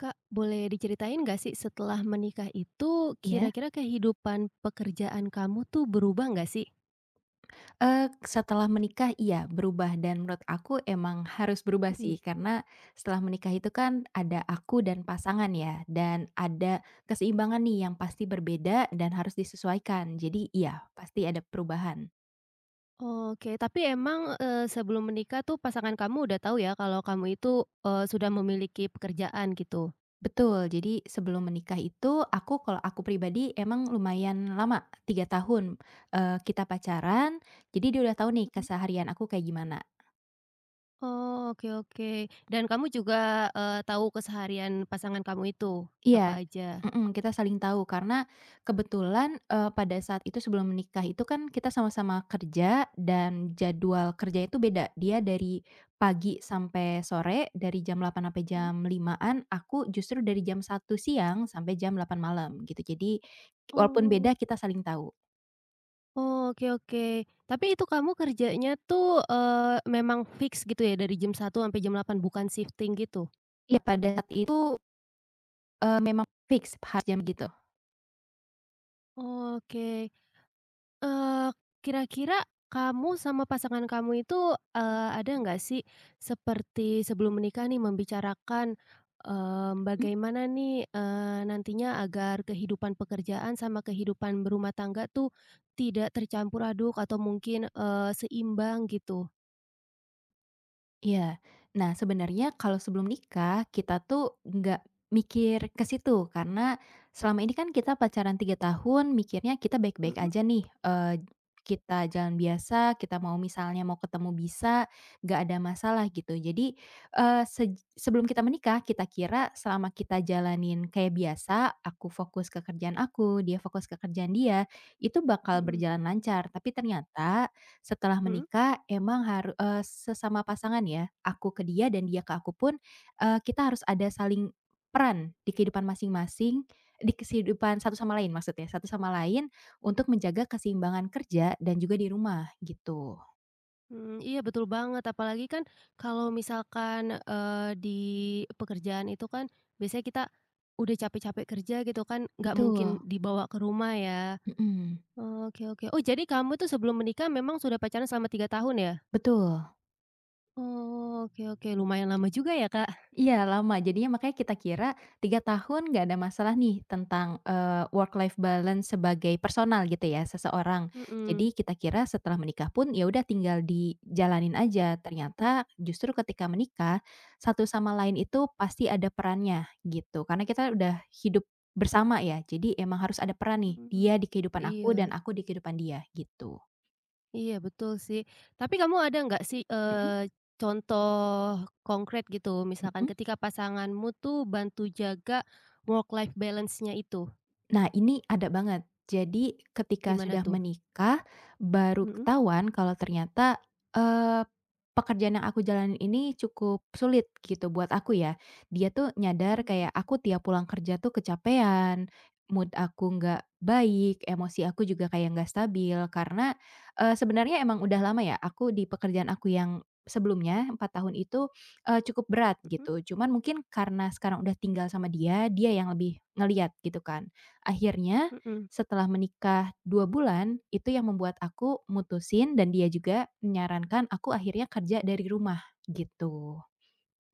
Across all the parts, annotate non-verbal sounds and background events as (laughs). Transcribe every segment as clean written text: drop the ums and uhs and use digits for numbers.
Kak, boleh diceritain nggak sih setelah menikah itu Iya, kira-kira kehidupan pekerjaan kamu tuh berubah nggak sih? Setelah menikah iya berubah dan menurut aku emang harus berubah Mhm. sih karena setelah menikah itu kan ada aku dan pasangan ya dan ada keseimbangan nih yang pasti berbeda dan harus disesuaikan. Jadi iya, pasti ada perubahan. Oke, tapi emang, sebelum menikah tuh pasangan kamu udah tahu ya kalau kamu itu, sudah memiliki pekerjaan gitu? Betul, jadi sebelum menikah itu aku kalau aku pribadi emang lumayan lama, 3 tahun, kita pacaran, jadi dia udah tahu nih Mhm. keseharian aku kayak gimana. Oh, oke oke. Dan kamu juga, tahu keseharian pasangan kamu itu apa Iya, aja? mhm, kita saling tahu karena kebetulan, pada saat itu sebelum menikah itu kan kita sama-sama kerja dan jadwal kerja itu beda. Dia dari pagi sampai sore, dari jam delapan sampai Mhm. jam limaan Aku justru dari jam 1 siang sampai jam 8 malam gitu. Jadi walaupun Oh, beda kita saling tahu. oh, oke oke. Tapi itu kamu kerjanya tuh, memang fix gitu ya dari jam 1 sampai jam 8 bukan shifting gitu? Iya pada saat itu, memang fix harus jam gitu. Oke, eee, kira-kira kamu sama pasangan kamu itu, ada nggak sih seperti sebelum menikah nih membicarakan, Mhm. bagaimana nih, nantinya agar kehidupan pekerjaan sama kehidupan berumah tangga tuh tidak tercampur aduk atau mungkin, seimbang gitu? Iya. Nah, sebenarnya kalau sebelum nikah, kita tuh nggak mikir ke situ, karena selama ini kan kita pacaran 3 tahun, mikirnya kita baik-baik Mhm aja nih, kita jalan biasa, kita mau misalnya mau ketemu bisa, nggak ada masalah gitu. Jadi, eee, sej sebelum kita menikah, kita kira selama kita jalanin kayak biasa, aku fokus ke kerjaan aku, dia fokus ke kerjaan dia, itu bakal mhm berjalan lancar. Tapi ternyata setelah mhm. menikah emang sesama pasangan ya, aku ke dia dan dia ke aku pun, kita harus ada saling peran di kehidupan masing-masing, di kehidupan satu sama lain maksudnya, satu sama lain untuk menjaga keseimbangan kerja dan juga di rumah gitu. Mmm, iya betul banget apalagi kan kalau misalkan, di pekerjaan itu kan biasanya kita udah capek-capek kerja gitu kan nggak Betul, mungkin dibawa ke rumah ya. mhm, Oke oke. Oh jadi kamu tuh sebelum menikah memang sudah pacaran selama 3 tahun ya? betul. Oh, oke oke lumayan lama juga ya, Kak. Iya lama, jadinya makanya kita kira 3 tahun nggak ada masalah nih tentang, work life balance sebagai personal gitu ya, seseorang. Mhm, Jadi kita kira setelah menikah pun ya udah tinggal dijalanin aja, ternyata justru ketika menikah, satu sama lain itu pasti ada perannya gitu. Karena kita udah hidup bersama ya, jadi emang harus ada peran nih, mhm. dia di kehidupan aku Iya dan aku di kehidupan dia gitu. iya betul sih. Tapi kamu ada nggak sih, Mhm, contoh konkret gitu misalkan mhm. ketika pasanganmu tuh bantu jaga work life balance-nya itu? Nah, ini ada banget. Jadi ketika Gimana sudah tuh? menikah, baru Mhm. ketahuan kalau ternyata, eee, pekerjaan yang aku jalanin ini cukup sulit gitu buat aku ya. Dia tuh nyadar kayak Mhm aku tiap pulang kerja tuh kecapean, mood aku nggak baik, emosi aku juga kayak nggak stabil karena, sebenarnya emang udah lama ya aku di pekerjaan aku yang sebelumnya 4 tahun itu, cukup berat gitu. Cuman mungkin karena sekarang udah tinggal sama dia, dia yang lebih ngeliat gitu kan. Akhirnya, mhm mhm. setelah menikah 2 bulan, itu yang membuat aku mutusin dan dia juga menyarankan aku akhirnya kerja dari rumah, gitu.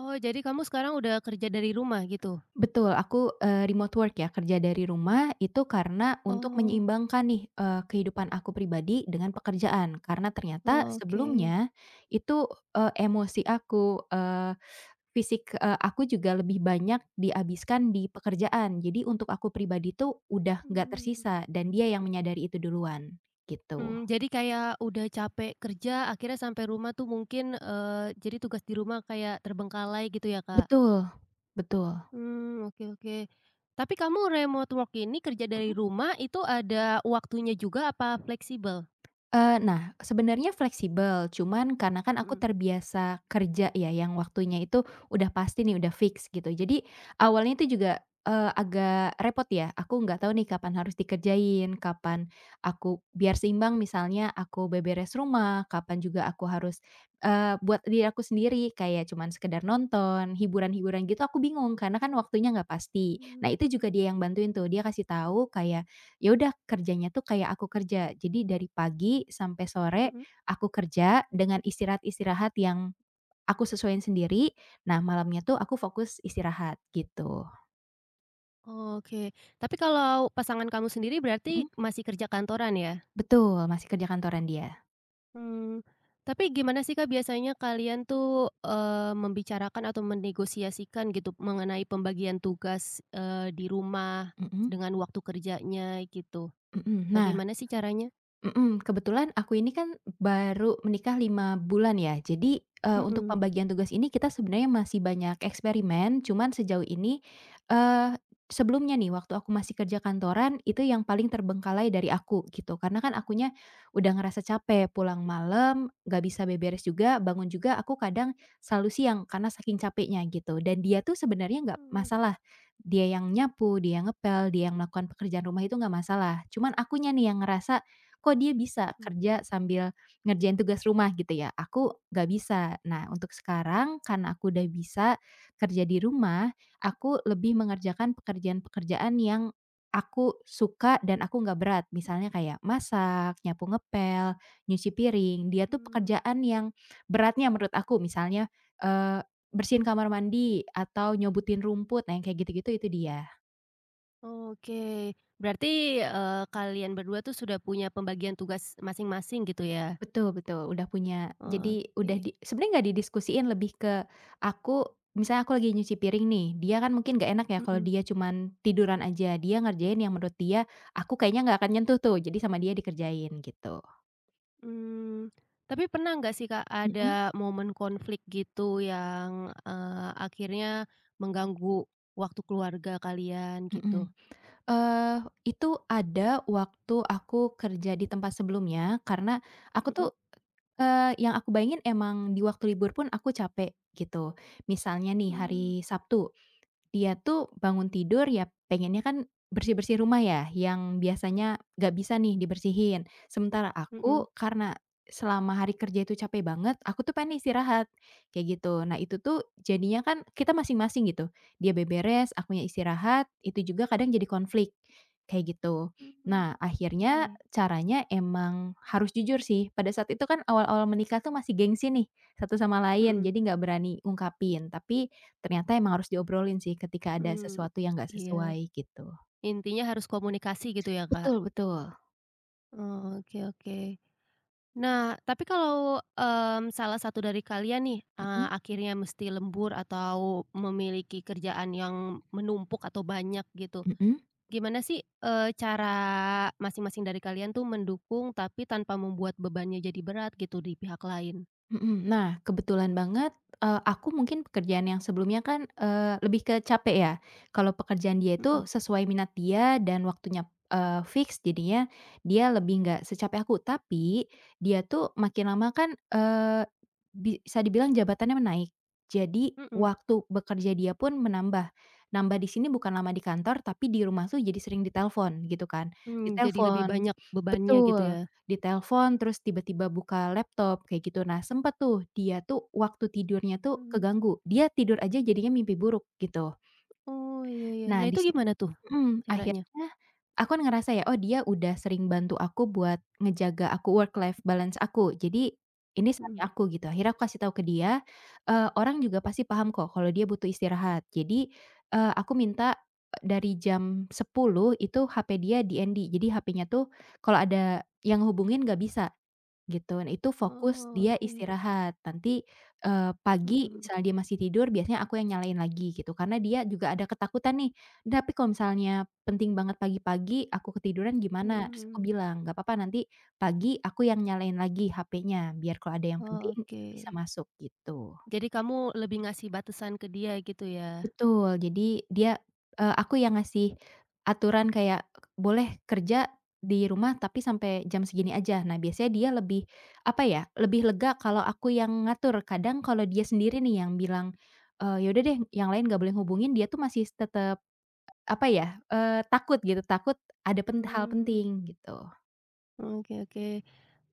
Oh, jadi kamu sekarang udah kerja dari rumah gitu? Betul, aku, remote work ya, kerja dari rumah itu karena untuk Oh, menyeimbangkan nih, kehidupan aku pribadi dengan pekerjaan. Karena ternyata oke. sebelumnya itu, emosi aku, fisik, aku juga lebih banyak dihabiskan di pekerjaan. Jadi untuk aku pribadi tuh udah nggak Mmm. tersisa dan dia yang menyadari itu duluan, gitu. Mmm, jadi kayak udah capek kerja akhirnya sampai rumah tuh mungkin, jadi tugas di rumah kayak terbengkalai gitu ya, Kak? Betul, betul. Mmm, oke oke. Tapi kamu remote work ini kerja dari rumah itu ada waktunya juga apa fleksibel? Nah, sebenarnya fleksibel, cuman karena kan aku Mhm, terbiasa kerja ya, yang waktunya itu udah pasti nih, udah fix gitu. Jadi awalnya itu juga, agak repot ya, aku nggak tahu nih kapan harus dikerjain, kapan aku biar seimbang misalnya aku beberes rumah, kapan juga aku harus, buat diri aku sendiri kayak cuman sekedar nonton, hiburan-hiburan gitu aku bingung karena kan waktunya nggak pasti. mmm, Nah itu juga dia yang bantuin tuh, dia kasih tahu kayak, "Ya udah kerjanya tuh kayak aku kerja." Jadi dari pagi sampai sore mhm. aku kerja dengan istirahat-istirahat yang aku sesuaiin sendiri. Nah malamnya tuh aku fokus istirahat gitu. Oke, tapi kalau pasangan kamu sendiri Mhm, berarti masih kerja kantoran ya? betul masih kerja kantoran dia. Hmm, tapi gimana sih, Kak, biasanya kalian tuh, membicarakan atau menegosiasikan gitu mengenai pembagian tugas, di rumah Mhm, dengan waktu kerjanya gitu? mhm. Nah, Bagaimana sih caranya? Mhm, kebetulan aku ini kan baru menikah 5 bulan ya. Jadi, untuk Mhm. pembagian tugas ini kita sebenarnya masih banyak eksperimen, cuman sejauh ini, eee, sebelumnya nih waktu aku masih kerja kantoran itu yang paling terbengkalai dari aku gitu. Karena kan akunya udah ngerasa capek pulang malam, nggak bisa beberes juga, bangun juga aku kadang selalu siang karena saking capeknya gitu. Dan dia tuh sebenarnya nggak Mmm. masalah. Dia yang nyapu, dia yang ngepel, dia yang melakukan pekerjaan rumah itu nggak masalah. Cuman akunya nih yang ngerasa kok dia bisa Mhm. kerja sambil ngerjain tugas rumah gitu ya, aku nggak bisa. Nah untuk sekarang karena aku udah bisa kerja di rumah, aku lebih mengerjakan pekerjaan-pekerjaan yang aku suka dan aku nggak berat. Misalnya kayak masak, nyapu ngepel, nyuci piring, dia tuh Mmm, pekerjaan yang beratnya menurut aku misalnya, eee, bersihin kamar mandi atau nyobutin rumput, nah yang kayak gitu-gitu itu dia. oke. Berarti, kalian berdua tuh sudah punya pembagian tugas masing-masing gitu ya? Betul, betul, udah punya, jadi udah Oke. di sebenarnya nggak didiskusiin, lebih ke aku misalnya aku lagi nyuci piring nih, dia kan mungkin nggak enak ya kalau Mhm. dia cuman tiduran aja, dia ngerjain yang menurut dia, aku kayaknya nggak akan nyentuh tuh, jadi sama dia dikerjain gitu. Mmm, tapi pernah nggak sih, Kak, Mhm, ada momen konflik gitu yang, akhirnya mengganggu waktu keluarga kalian gitu? mhm. Eee, itu ada waktu aku kerja di tempat sebelumnya, karena aku Mhm, tuh, yang aku bayangin emang di waktu libur pun aku capek gitu. Misalnya nih hari mhm, Sabtu. Dia tuh bangun tidur ya pengennya kan bersih-bersih rumah ya, yang biasanya nggak bisa nih dibersihin. Sementara mhm, aku karena selama hari kerja itu capek banget, aku tuh pengen istirahat, kayak gitu. Nah itu tuh jadinya kan kita masing-masing gitu, dia beberes, akunya istirahat, itu juga kadang jadi konflik, kayak gitu. mmm, Nah akhirnya oke, caranya emang harus jujur sih, pada saat itu kan awal-awal menikah tuh masih gengsi nih, satu sama lain, mhm, jadi nggak berani ungkapin. Tapi ternyata emang harus diobrolin sih ketika ada mmm, sesuatu yang nggak iya, sesuai gitu. intinya harus komunikasi gitu ya, Kak? Betul, betul. Oh, oke oke. Nah, tapi kalau, mmm, salah satu dari kalian nih, Mhm, akhirnya mesti lembur atau memiliki kerjaan yang menumpuk atau banyak gitu, mhm. gimana sih, cara masing-masing dari kalian tuh mendukung, tapi tanpa membuat bebannya jadi berat gitu di pihak lain? Mhm. Nah, kebetulan banget, aku mungkin pekerjaan yang sebelumnya kan, lebih ke capek ya. Kalau pekerjaan dia Mhm. itu sesuai minat dia dan waktunya, fix jadinya dia lebih nggak secapek aku. Tapi dia tuh makin lama kan, bisa dibilang jabatannya menaik. Jadi Mhm. waktu bekerja dia pun menambah. Nambah di sini bukan lama di kantor, tapi di rumah tuh jadi sering ditelepon gitu kan. Mmm, jadi lebih Ditelepon banyak bebannya gitu betul. ya? Di telepon, terus tiba-tiba buka laptop, kayak gitu. Nah, sempet tuh dia tuh waktu tidurnya tuh Mhm. keganggu. Dia tidur aja jadinya mimpi buruk, gitu. Oh, iya iya. Nah, Nah, itu gimana tuh caranya? akhirnya aku kan ngerasa ya, oh dia udah sering bantu aku buat ngejaga aku work life balance aku. Jadi, ini Mhm. saatnya aku, gitu. Akhirnya aku kasih tahu ke dia, orang juga pasti paham kok kalau dia butuh istirahat. Jadi, aku minta dari jam 10 itu HP dia di DND. Jadi HP-nya tuh kalau ada yang hubungin nggak bisa. Gitu, nah itu fokus Oh, dia oke. istirahat, nanti, pagi Mhm misalnya dia masih tidur biasanya aku yang nyalain lagi gitu, karena dia juga ada ketakutan nih, tapi kalau misalnya penting banget pagi-pagi aku ketiduran gimana? Terus aku mhm. bilang, "Nggak apa-apa nanti pagi aku yang nyalain lagi HP-nya, biar kalau ada yang penting Oke. itu bisa masuk," gitu. Jadi kamu lebih ngasih batasan ke dia gitu ya? Betul, jadi dia, aku yang ngasih aturan kayak, boleh kerja di rumah tapi sampai jam segini aja. Nah, biasanya dia lebih, apa ya, lebih lega kalau aku yang ngatur. Kadang kalau dia sendiri nih yang bilang, "Ya udah deh, yang lain nggak boleh hubungin," dia tuh masih tetap, apa ya, takut gitu, takut ada hal Mmm, penting gitu. oke oke.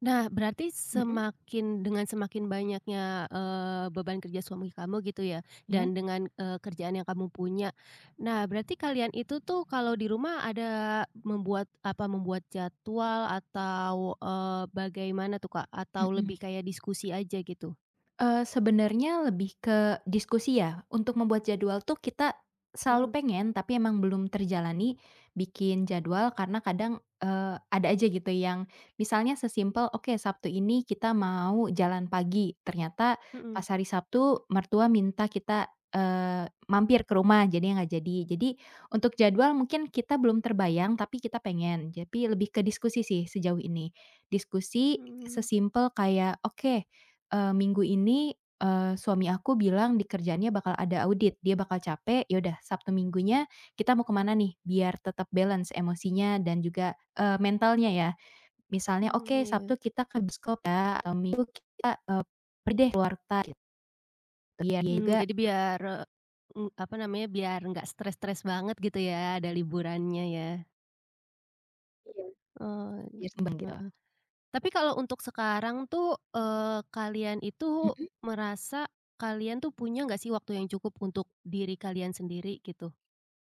Nah, berarti Mhm, semakin dengan semakin banyaknya, beban kerja suami kamu gitu ya, iya, dan dengan, kerjaan yang kamu punya. Nah, berarti kalian itu tuh kalau di rumah ada membuat apa, membuat jadwal atau, bagaimana tuh, Kak? Atau lebih mhm. kayak diskusi aja gitu? Sebenarnya lebih ke diskusi ya. Untuk membuat jadwal tuh kita selalu Mhm pengen, tapi emang belum terjalani bikin jadwal karena kadang, ada aja gitu yang misalnya sesimpel, "Oke, Sabtu ini kita mau jalan pagi." Ternyata mhm pas hari Sabtu mertua minta kita, mampir ke rumah, jadi nggak jadi. Jadi untuk jadwal mungkin kita belum terbayang, tapi kita pengen. Jadi lebih ke diskusi sih sejauh ini. Diskusi mhm sesimpel kayak, "Oke." Minggu ini, suami aku bilang di kerjaannya bakal ada audit, dia bakal capek, yaudah Sabtu Minggunya kita mau kemana nih biar tetap balance emosinya dan juga, mentalnya ya. Misalnya, mhm, "Oke iya. Sabtu kita ke bioskop ya," atau, "Minggu kita, pergi deh keluar kota," gitu, biar dia Mmm, juga. jadi biar, apa namanya, biar nggak stres-stres banget gitu ya, ada liburannya ya? Iya, Oh, biar seimbang gitu. tapi kalau untuk sekarang tuh, kalian itu Mhm, merasa kalian tuh punya nggak sih waktu yang cukup untuk diri kalian sendiri gitu,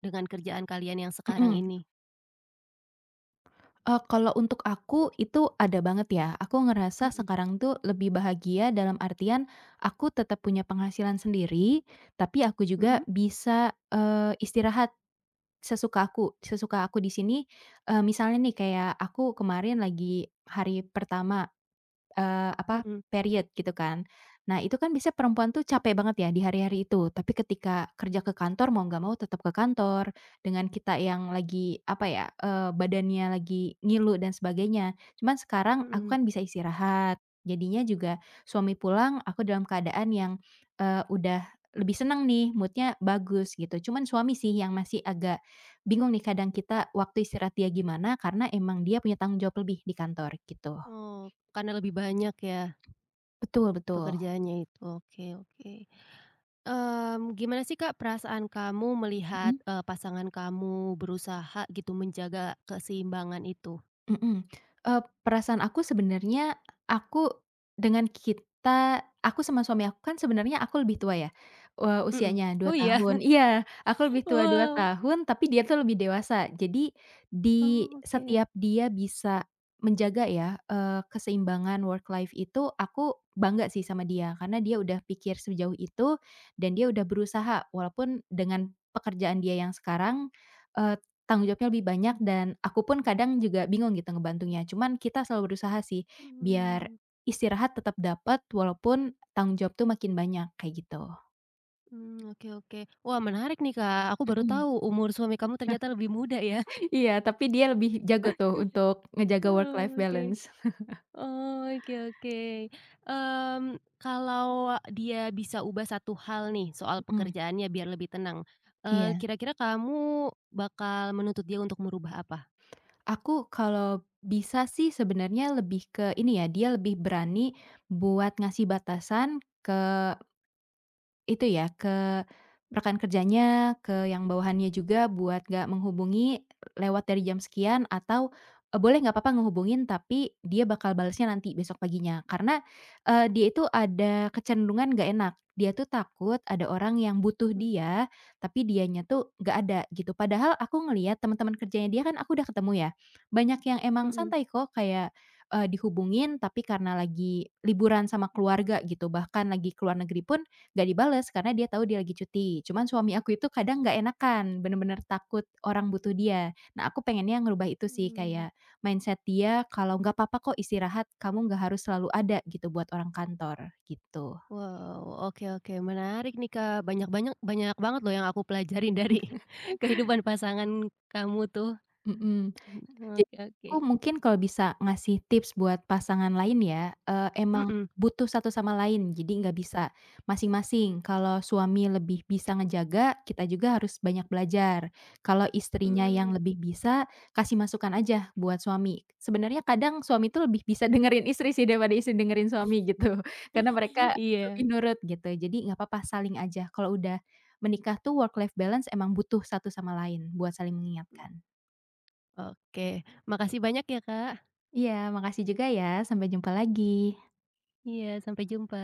dengan kerjaan kalian yang sekarang mhm. ini? Kalau untuk aku itu ada banget ya. Aku ngerasa Mhm sekarang tuh lebih bahagia dalam artian aku tetap punya penghasilan sendiri, tapi aku mhm juga bisa, istirahat sesuka aku di sini, misalnya nih kayak aku kemarin lagi hari pertama, apa, mhm period gitu kan. Nah, itu kan biasanya perempuan tuh capek banget ya di hari-hari itu, tapi ketika kerja ke kantor mau nggak mau tetap ke kantor, dengan kita yang lagi, apa ya, badannya lagi ngilu dan sebagainya. Cuman sekarang aku mhm. kan bisa istirahat, jadinya juga suami pulang aku dalam keadaan yang, udah lebih senang nih, mood-nya bagus gitu. Cuman suami sih yang masih agak bingung nih kadang kita waktu istirahat dia gimana, karena emang dia punya tanggung jawab lebih di kantor gitu. Oh, karena lebih banyak ya Betul, betul. pekerjaannya itu, oke oke. Mmm, gimana sih Kak perasaan kamu melihat, Mhm, pasangan kamu berusaha gitu menjaga keseimbangan itu? mhm. Perasaan aku sebenarnya aku, dengan kita aku sama suami aku kan sebenarnya aku lebih tua ya, Mhm. usianya Oh 2 iya? tahun (laughs) iya, aku lebih tua 2 Wow, tahun, tapi dia tuh lebih dewasa. Jadi di oh oke. setiap dia bisa menjaga ya, keseimbangan work life itu, aku bangga sih sama dia, karena dia udah pikir sejauh itu dan dia udah berusaha walaupun dengan pekerjaan dia yang sekarang, eee Tanggung jawabnya lebih banyak dan aku pun kadang juga bingung gitu ngebantunya. Cuman kita selalu berusaha sih biar Mhm. istirahat tetap dapat walaupun tanggung jawab tuh makin banyak, kayak gitu. Mmm, oke oke. Wah menarik nih Kak, aku baru Mhm. tahu umur suami kamu ternyata lebih muda ya. Iya, tapi dia lebih jago tuh (laughs) untuk ngejaga work life Heeh, oke. balance. Oh, oke oke. Mmm, kalau dia bisa ubah satu hal nih soal Mhm, pekerjaannya biar lebih tenang, iya. kira-kira kamu bakal menuntut dia untuk merubah apa? Aku kalau bisa sih sebenarnya lebih ke ini ya, dia lebih berani buat ngasih batasan ke itu ya, rekan kerjanya, ke yang bawahannya juga buat nggak menghubungi lewat dari jam sekian atau, boleh nggak apa-apa ngehubungin tapi dia bakal balesnya nanti besok paginya. Karena, dia itu ada kecenderungan nggak enak. Dia tuh takut ada orang yang butuh Mmm, dia, tapi dianya tuh nggak ada gitu. Padahal aku ngelihat teman-teman kerjanya dia kan aku udah ketemu ya, banyak yang emang mhm. santai kok kayak, dihubungin tapi karena lagi liburan sama keluarga gitu, bahkan lagi ke luar negeri pun gak dibales karena dia tahu dia lagi cuti. Cuman suami aku itu kadang nggak enakan, bener-bener takut orang butuh dia. Nah, aku pengennya ngerubah itu sih, Mmm. kayak mindset dia kalau, "Nggak apa-apa kok istirahat, kamu nggak harus selalu ada gitu buat orang kantor," gitu. Wow, oke oke menarik nih Kak, banyak banyak banyak banget loh yang aku pelajarin (laughs) dari kehidupan pasangan kamu tuh. Mhm. Mmm, Jadi oke oke. aku mungkin kalau bisa ngasih tips buat pasangan lain ya, emang Mhm. butuh satu sama lain, jadi nggak bisa masing-masing. Kalau suami lebih bisa ngejaga, kita juga harus banyak belajar. Kalau istrinya yang Mmm, lebih bisa, kasih masukan aja buat suami. Sebenarnya kadang suami itu lebih bisa (laughs) dengerin istri sih daripada istri dengerin suami gitu, karena mereka (laughs) lebih iya, nurut gitu. Jadi nggak apa-apa, saling aja. Kalau udah menikah tuh work life balance emang butuh satu sama lain buat saling mengingatkan. oke. Makasih banyak ya, Kak. Iya, makasih juga ya. Sampai jumpa lagi. Iya, sampai jumpa.